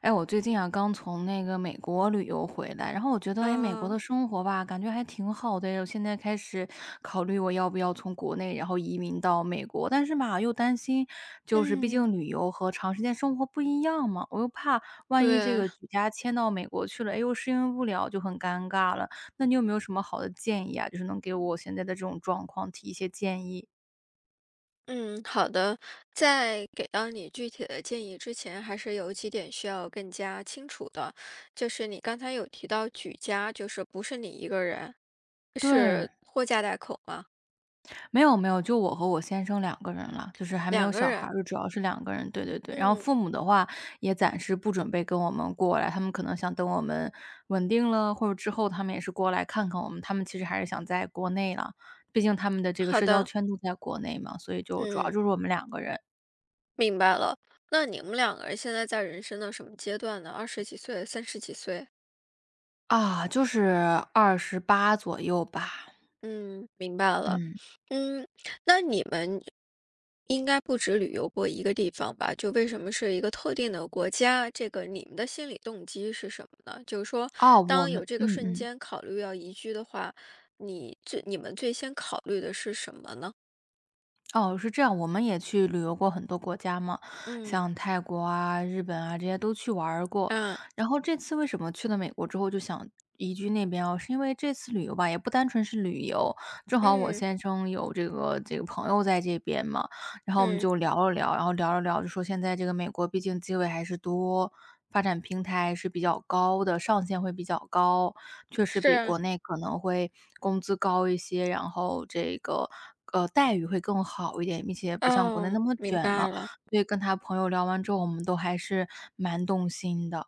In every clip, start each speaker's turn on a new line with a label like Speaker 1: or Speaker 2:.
Speaker 1: 哎，我最近啊刚从那个美国旅游回来，然后我觉得，哎，美国
Speaker 2: 嗯。
Speaker 1: 的生活吧，感觉还挺好的。我现在开始考虑我要不要从国内，然后移民到美国，但是吧，又担心，就是毕
Speaker 2: 嗯。
Speaker 1: 竟旅游和长时间生活不一样嘛，我又怕万一这
Speaker 2: 对，
Speaker 1: 个举家迁到美国去了，哎，又适应不了，就很尴尬了。那你有没有什么好的建议啊？就是能给我现在的这种状况提一些建议？
Speaker 2: 嗯，好的。在给到你具体的建议之前，还是有几点需要更加清楚的。就是你刚才有提到举家，就是不是你一个人，
Speaker 1: 对，
Speaker 2: 是拖家带口吗？
Speaker 1: 没有没有，就我和我先生两个人了，就是还没有
Speaker 2: 两个
Speaker 1: 小孩
Speaker 2: 人。
Speaker 1: 儿，就主要是两个人。对对对，然后
Speaker 2: 嗯，
Speaker 1: 父母的话也暂时不准备跟我们过来，他们可能想等我们稳定了，或者之后他们也是过来看看我们。他们其实还是想在国内了，毕竟他们的这个
Speaker 2: 好
Speaker 1: 社交
Speaker 2: 的，
Speaker 1: 圈都在国内嘛，所以就主要
Speaker 2: 嗯，
Speaker 1: 就是我们两个人
Speaker 2: 明白了。那你们两个人现在在人生的什么阶段呢？二十几岁、三十几岁？
Speaker 1: 啊，就是28左右吧。
Speaker 2: 嗯，明白了。
Speaker 1: 嗯，
Speaker 2: 嗯，那你们应该不止旅游过一个地方吧？就为什么是一个特定的国家？这个你们的心理动机是什么呢？就是说，
Speaker 1: 哦，我
Speaker 2: 当有
Speaker 1: 们
Speaker 2: 这个瞬间考虑要移居的话，你们最先考虑的是什么呢？
Speaker 1: 哦，是这样，我们也去旅游过很多国家嘛，
Speaker 2: 嗯。
Speaker 1: 像泰国啊、日本啊这些都去玩儿过。
Speaker 2: 啊，
Speaker 1: 然后这次为什么去了美国之后就想移居那边哦，是因为这次旅游吧，也不单纯是旅游，正好我
Speaker 2: 嗯
Speaker 1: 先生有这个朋友在这边嘛，然后我们
Speaker 2: 嗯，
Speaker 1: 就聊了聊，就说现在这个美国毕竟机会还是多，发展平台是比较高的，上限会比较高，确实
Speaker 2: 是
Speaker 1: 比
Speaker 2: 啊，
Speaker 1: 国内可能会工资高一些，然后这个待遇会更好一点，并且不像国内那
Speaker 2: 哦，
Speaker 1: 么
Speaker 2: 明
Speaker 1: 卷嘛。
Speaker 2: 白了。
Speaker 1: 所以跟他朋友聊完之后，我们都还是蛮动心的。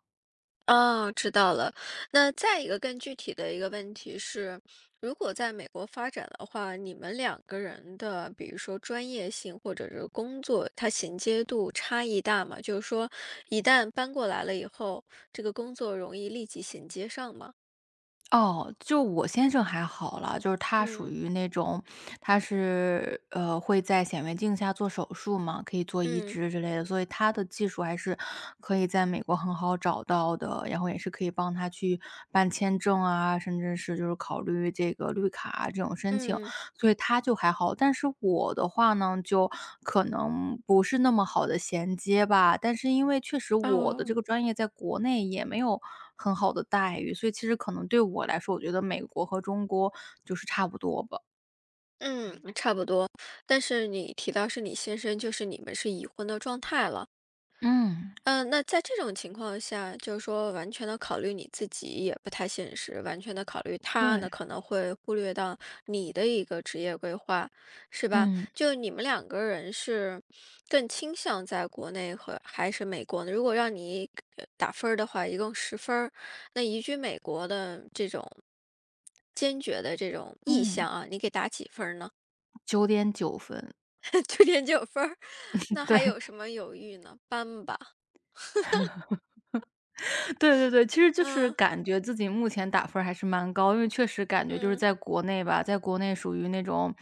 Speaker 2: 哦，知道了。那再一个更具体的一个问题是，如果在美国发展的话，你们两个人的，比如说专业性或者是工作，它衔接度差异大吗？就是说，一旦搬过来了以后，这个工作容易立即衔接上吗？
Speaker 1: 哦，就我先生还好了，就是他属
Speaker 2: 嗯
Speaker 1: 于那种，他是会在显微镜下做手术嘛，可以做移
Speaker 2: 嗯
Speaker 1: 植之类的，所以他的技术还是可以在美国很好找到的，然后也是可以帮他去办签证啊，甚至是就是考虑这个绿卡啊这种申请。
Speaker 2: 嗯，
Speaker 1: 所以他就还好。但是我的话呢，就可能不是那么好的衔接吧。但是因为确实我的这
Speaker 2: 哦，
Speaker 1: 个专业在国内也没有很好的待遇，所以其实可能对我来说，我觉得美国和中国就是差不多吧。
Speaker 2: 嗯，差不多。但是你提到是你先生，就是你们是已婚的状态了。
Speaker 1: 嗯，
Speaker 2: 嗯，那在这种情况下，就是说完全的考虑你自己也不太现实，完全的考虑他呢，
Speaker 1: 对，
Speaker 2: 可能会忽略到你的一个职业规划，是吧？
Speaker 1: 嗯，
Speaker 2: 就你们两个人是更倾向在国内和还是美国呢？如果让你打分儿的话，一共10分儿，那移居美国的这种坚决的这种意
Speaker 1: 嗯
Speaker 2: 向啊，你给打几分儿呢？
Speaker 1: 9.9分，
Speaker 2: 9.9分儿，那 还
Speaker 1: 对。
Speaker 2: 有什么犹豫呢？搬吧，
Speaker 1: 对对对，其实就是
Speaker 2: 嗯，
Speaker 1: 感觉自己目前打分儿还是蛮高，因为确实感觉就是
Speaker 2: 嗯。
Speaker 1: 在国内吧，在国内属于那种，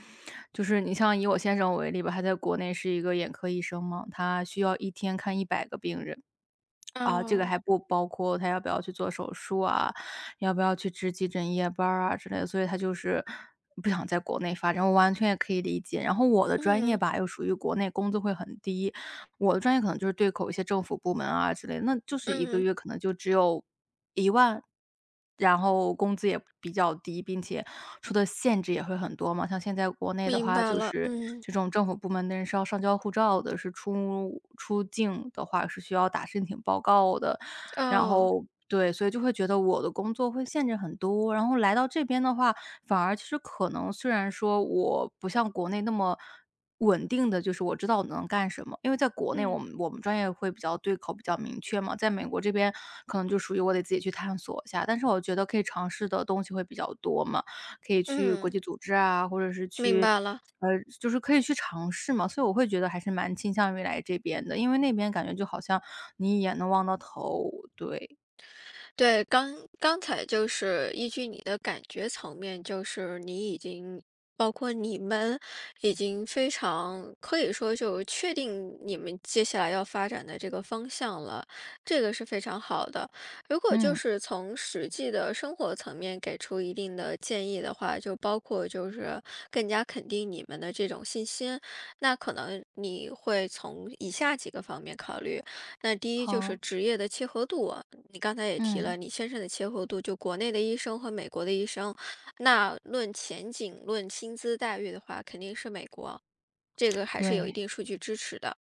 Speaker 1: 就是你像以我先生为例吧，他在国内是一个眼科医生嘛，他需要一天看100个病人，啊，这个
Speaker 2: 哦。
Speaker 1: 还不包括他要不要去做手术啊，要不要去值急诊夜班儿啊之类的，所以他就是不想在国内发展，我完全也可以理解。然后我的专业
Speaker 2: 嗯
Speaker 1: 吧，又属于国内工资会很低，我的专业可能就是对口一些政府部门啊之类的那就是一个
Speaker 2: 嗯，
Speaker 1: 月可能就只有10000然后工资也比较低，并且出的限制也会很多嘛。像现在国内的
Speaker 2: 明
Speaker 1: 话，
Speaker 2: 白
Speaker 1: 就
Speaker 2: 了，
Speaker 1: 是
Speaker 2: 嗯，
Speaker 1: 这种政府部门的人是要上交护照的，是出境的话是需要打申请报告的，然
Speaker 2: 哦，
Speaker 1: 后对，所以就会觉得我的工作会限制很多。然后来到这边的话，反而其实可能虽然说我不像国内那么稳定的，就是我知道我能干什么，因为在国内我
Speaker 2: 嗯
Speaker 1: 们我们专业会比较对口比较明确嘛，在美国这边可能就属于我得自己去探索一下，但是我觉得可以尝试的东西会比较多嘛。可以去国
Speaker 2: 嗯，
Speaker 1: 际组织啊，或者是
Speaker 2: 明
Speaker 1: 去
Speaker 2: 白了。
Speaker 1: 呃，就是可以去尝试嘛。所以我会觉得还是蛮倾向于来这边的，因为那边感觉就好像你一眼能望到头，对。
Speaker 2: 对，刚才就是依据你的感觉层面，就是你已经包括你们已经非常可以说就确定你们接下来要发展的这个方向了，这个是非常好的。如果就
Speaker 1: 嗯，
Speaker 2: 是从实际的生活层面给出一定的建议的话，就包括就是更加肯定你们的这种信心，那可能你会从以下几个方面考虑。那第一就是
Speaker 1: 好，
Speaker 2: 职业的切合度啊，你刚才也提
Speaker 1: 嗯，
Speaker 2: 了，你先生的切合度，就国内的医生和美国的医生，那论前景、论薪资待遇的话，肯定是美国，这个还是
Speaker 1: 对，
Speaker 2: 有一定数据支持的。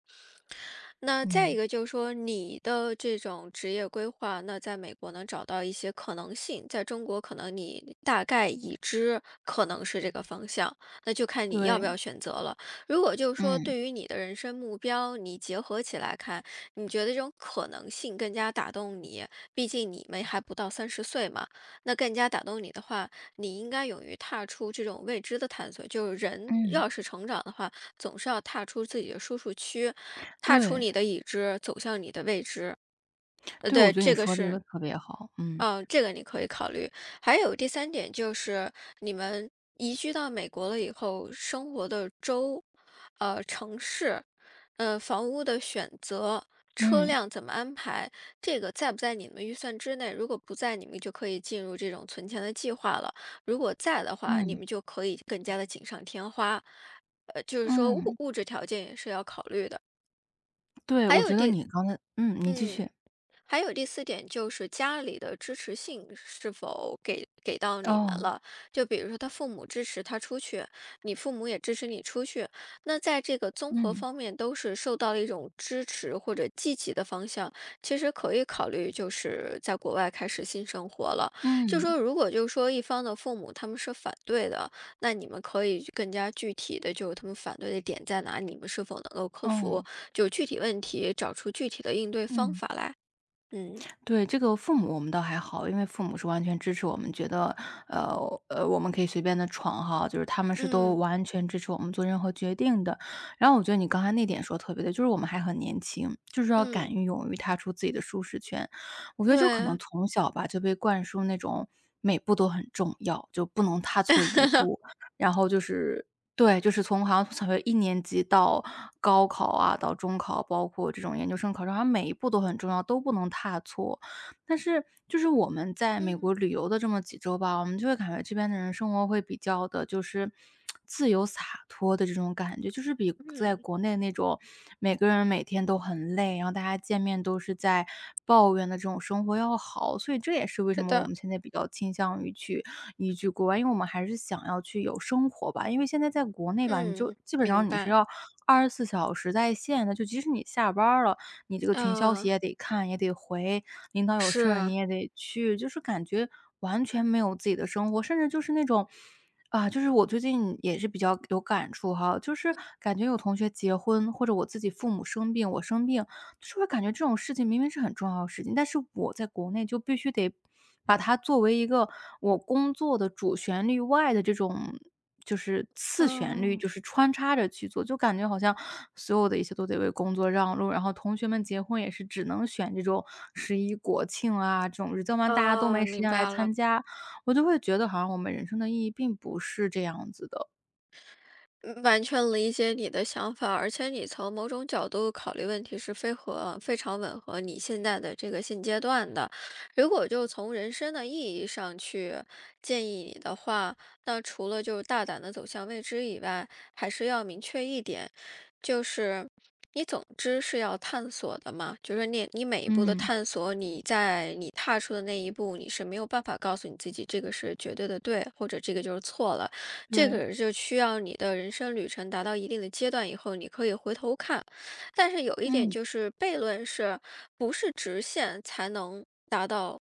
Speaker 2: 那再一
Speaker 1: 嗯，
Speaker 2: 个就是说，你的这种职业规划，那在美国能找到一些可能性，在中国可能你大概已知可能是这个方向，那就看你要不
Speaker 1: 对，
Speaker 2: 要选择了。如果就是说
Speaker 1: 嗯，
Speaker 2: 对于你的人生目标，你结合起来看，你觉得这种可能性更加打动你，毕竟你们还不到30岁嘛，那更加打动你的话，你应该勇于踏出这种未知的探索。就是人
Speaker 1: 嗯，
Speaker 2: 要是成长的话，总是要踏出自己的舒适区。踏出
Speaker 1: 对，
Speaker 2: 你的已知，走向你的未知。
Speaker 1: 对，我
Speaker 2: 对，
Speaker 1: 觉得你
Speaker 2: 这个
Speaker 1: 说这
Speaker 2: 是，
Speaker 1: 个特别好，嗯，
Speaker 2: 嗯，这个你可以考虑。还有第三点就是，你们移居到美国了以后，生活的州、城市、房屋的选择、车
Speaker 1: 嗯，
Speaker 2: 辆怎么安排，这个在不在你们预算之内？如果不在，你们就可以进入这种存钱的计划了；如果在的话，你
Speaker 1: 嗯，
Speaker 2: 们就可以更加的锦上添花。就是说物
Speaker 1: 嗯，
Speaker 2: 物质条件也是要考虑的。
Speaker 1: 对，
Speaker 2: 还
Speaker 1: 我
Speaker 2: 有
Speaker 1: 觉得
Speaker 2: 第，
Speaker 1: 你刚才嗯，你继
Speaker 2: 嗯，
Speaker 1: 续，
Speaker 2: 还有第四点就是家里的支持性是否给到你们
Speaker 1: 哦，
Speaker 2: 了？就比如说他父母支持他出去，你父母也支持你出去，那在这个综合
Speaker 1: 嗯，
Speaker 2: 方面都是受到了一种支持或者积极的方向，其实可以考虑就是在国外开始新生活了。就
Speaker 1: 嗯，
Speaker 2: 说如果就是说一方的父母他们是反对的，那你们可以更加具体的就是他们反对的点在哪，你们是否能够克
Speaker 1: 哦，
Speaker 2: 服，就具体问题找出具体的应对方
Speaker 1: 嗯。
Speaker 2: 法来。嗯，
Speaker 1: 对，这个父母我们倒还好，因为父母是完全支持我们，觉得，我们可以随便的闯哈，就是他们是都
Speaker 2: 嗯，
Speaker 1: 完全支持我们做任何决定的。然后我觉得你刚才那点说得特别对，就是我们还很年轻，就是要敢
Speaker 2: 嗯，
Speaker 1: 于勇于踏出自己的舒适圈。我觉得就可能
Speaker 2: 对。
Speaker 1: 从小吧，就被灌输那种每步都很重要，就不能踏错 一步，然后就是对，就是从好像从小学一年级到高考啊，到中考，包括这种研究生考试，好像每一步都很重要，都不能踏错。但是就是我们在美
Speaker 2: 嗯，
Speaker 1: 国旅游的这么几周吧，我们就会感觉这边的人生活会比较的，就是自由洒脱的这种感觉，就是比在
Speaker 2: 嗯，
Speaker 1: 国内那种每个人每天都很累，然后大家见面都是在抱怨的这种生活要好。所以这也是为什
Speaker 2: 是
Speaker 1: 么我
Speaker 2: 的，
Speaker 1: 们现在比较倾向于去移居国外，因为我们还是想要去有生活吧。因为现在在国内吧，你就
Speaker 2: 嗯，
Speaker 1: 基本
Speaker 2: 明
Speaker 1: 上你是
Speaker 2: 白。
Speaker 1: 要24小时在线的，就即使你下班儿了，你这个群消息
Speaker 2: 嗯，
Speaker 1: 也得看，也得回，领导有事儿你
Speaker 2: 是，
Speaker 1: 也得去，就是感觉完全没有自己的生活，甚至就是那种啊，就是我最近也是比较有感触哈，就是感觉有同学结婚，或者我自己父母生病，我生病，是不是会感觉这种事情明明是很重要的事情，但是我在国内就必须得把它作为一个我工作的主旋律外的这种就是次旋律，
Speaker 2: 哦，
Speaker 1: 就是穿插着去做，就感觉好像所有的一切都得为工作让路。然后同学们结婚也是只能选这种十一国庆啊这种日子，要不然大家都
Speaker 2: 哦，
Speaker 1: 没时
Speaker 2: 明
Speaker 1: 间来
Speaker 2: 白了。
Speaker 1: 参加，我就会觉得好像我们人生的意义并不是这样子的。
Speaker 2: 嗯，完全理解你的想法，而且你从某种角度考虑问题是非和非常吻合你现在的这个现阶段的。如果就从人生的意义上去建议你的话，那除了就是大胆的走向未知以外，还是要明确一点，就是你总之是要探索的嘛，就是你每一步的
Speaker 1: 嗯，
Speaker 2: 探索，你在你踏出的那一步，你是没有办法告诉你自己这个是绝对的对，或者这个就是错了。这
Speaker 1: 对，
Speaker 2: 个就需要你的人生旅程达到一定的阶段以后，你可以回头看。但是有一点
Speaker 1: 嗯
Speaker 2: 就是悖论是，不是直线才能达到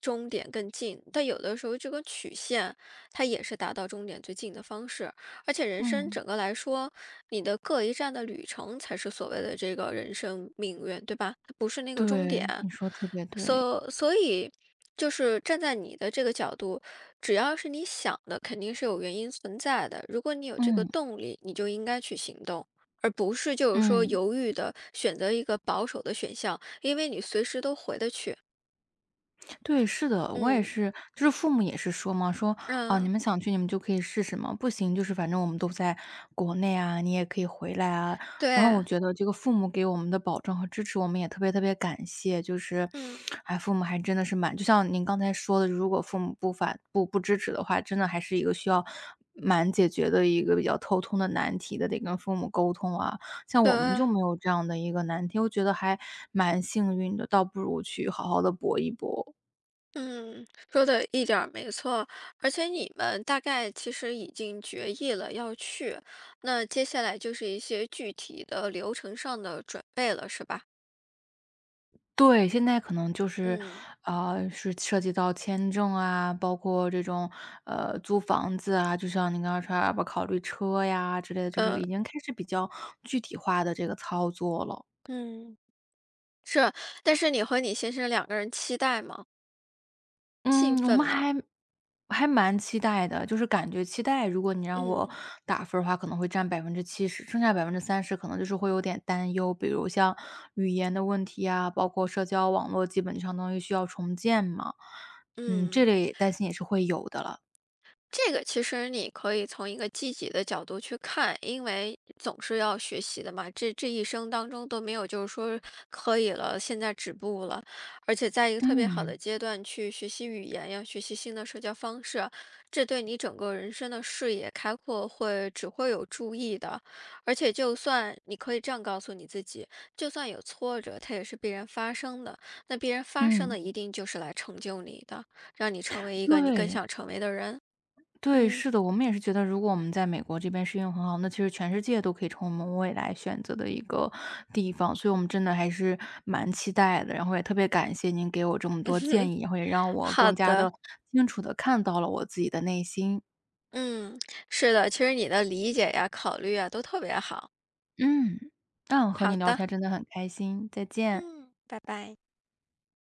Speaker 2: 终点更近，但有的时候这个曲线它也是达到终点最近的方式。而且人生
Speaker 1: 嗯，
Speaker 2: 整个来说，你的各一站的旅程才是所谓的这个人生命运，对吧？它不是那个终点。
Speaker 1: 对，你说得特别对，
Speaker 2: 所以，就是站在你的这个角度，只要是你想的，肯定是有原因存在的。如果你有这个
Speaker 1: 嗯
Speaker 2: 动力，你就应该去行动，而不是就是说
Speaker 1: 嗯。
Speaker 2: 犹豫的选择一个保守的选项，因为你随时都回得去。
Speaker 1: 对，是的，我也
Speaker 2: 嗯
Speaker 1: 是，就是父母也是说嘛，说啊，你
Speaker 2: 嗯，
Speaker 1: 们想去你们就可以试试嘛，不行就是反正我们都在国内啊，你也可以回来啊。然后我
Speaker 2: 对，
Speaker 1: 觉得这个父母给我们的保证和支持，我们也特别特别感谢。就是，
Speaker 2: 嗯
Speaker 1: 哎，父母还真的是蛮，就像您刚才说的，如果父母不反不不支持的话，真的还是一个需要蛮解决的一个比较头痛的难题的，得跟父母沟通啊。像我们
Speaker 2: 对，
Speaker 1: 就没有这样的一个难题，我觉得还蛮幸运的，倒不如去好好的搏一搏。
Speaker 2: 嗯，说的一点儿没错。而且你们大概其实已经决议了要去，那接下来就是一些具体的流程上的准备了，是吧？
Speaker 1: 对，现在可能就是，
Speaker 2: 嗯，
Speaker 1: 是涉及到签证啊，包括这种，租房子啊，就像你刚刚说要不要考虑车呀之类的，就是
Speaker 2: 呃，
Speaker 1: 已经开始比较具体化的这个操作了。
Speaker 2: 嗯，是，但是你和你先生两个人期待吗？
Speaker 1: 嗯，
Speaker 2: 兴
Speaker 1: 我
Speaker 2: 奋
Speaker 1: 们
Speaker 2: 吗？
Speaker 1: 还蛮期待的，就是感觉期待，如果你让我
Speaker 2: 嗯，
Speaker 1: 打分儿的话，可能会占70%，剩下30%可能就是会有点担忧，比如像语言的问题啊，包括社交网络基本上东西需要重建嘛。嗯，这
Speaker 2: 嗯。
Speaker 1: 类担心也是会有的了。
Speaker 2: 这个其实你可以从一个积极的角度去看，因为总是要学习的嘛。这一生当中都没有就是说可以了，现在止步了，而且在一个特别好
Speaker 1: 嗯，
Speaker 2: 的阶段去学习语言呀，学习新的社交方式，这对你整个人生的视野开阔会只会有注意的。而且就算你可以这样告诉你自己，就算有挫折，它也是必然发生的。那必然发生
Speaker 1: 嗯。
Speaker 2: 的一定就是来成就你的，让你成为一个你更
Speaker 1: 对，
Speaker 2: 想成为的人。
Speaker 1: 对，
Speaker 2: 嗯，
Speaker 1: 是的，我们也是觉得如果我们在美国这边适应很好，那其实全世界都可以成为我们未来选择的一个地方，所以我们真的还是蛮期待的。然后也特别感谢您给我这么多建议，然后也让我
Speaker 2: 好
Speaker 1: 更加的
Speaker 2: 的，
Speaker 1: 清楚的看到了我自己的内心。
Speaker 2: 嗯，是的，其实你的理解呀、考虑啊，都特别好。
Speaker 1: 嗯，嗯，和
Speaker 2: 好
Speaker 1: 你聊天
Speaker 2: 的，
Speaker 1: 真的很开心，再见。
Speaker 2: 嗯，拜拜。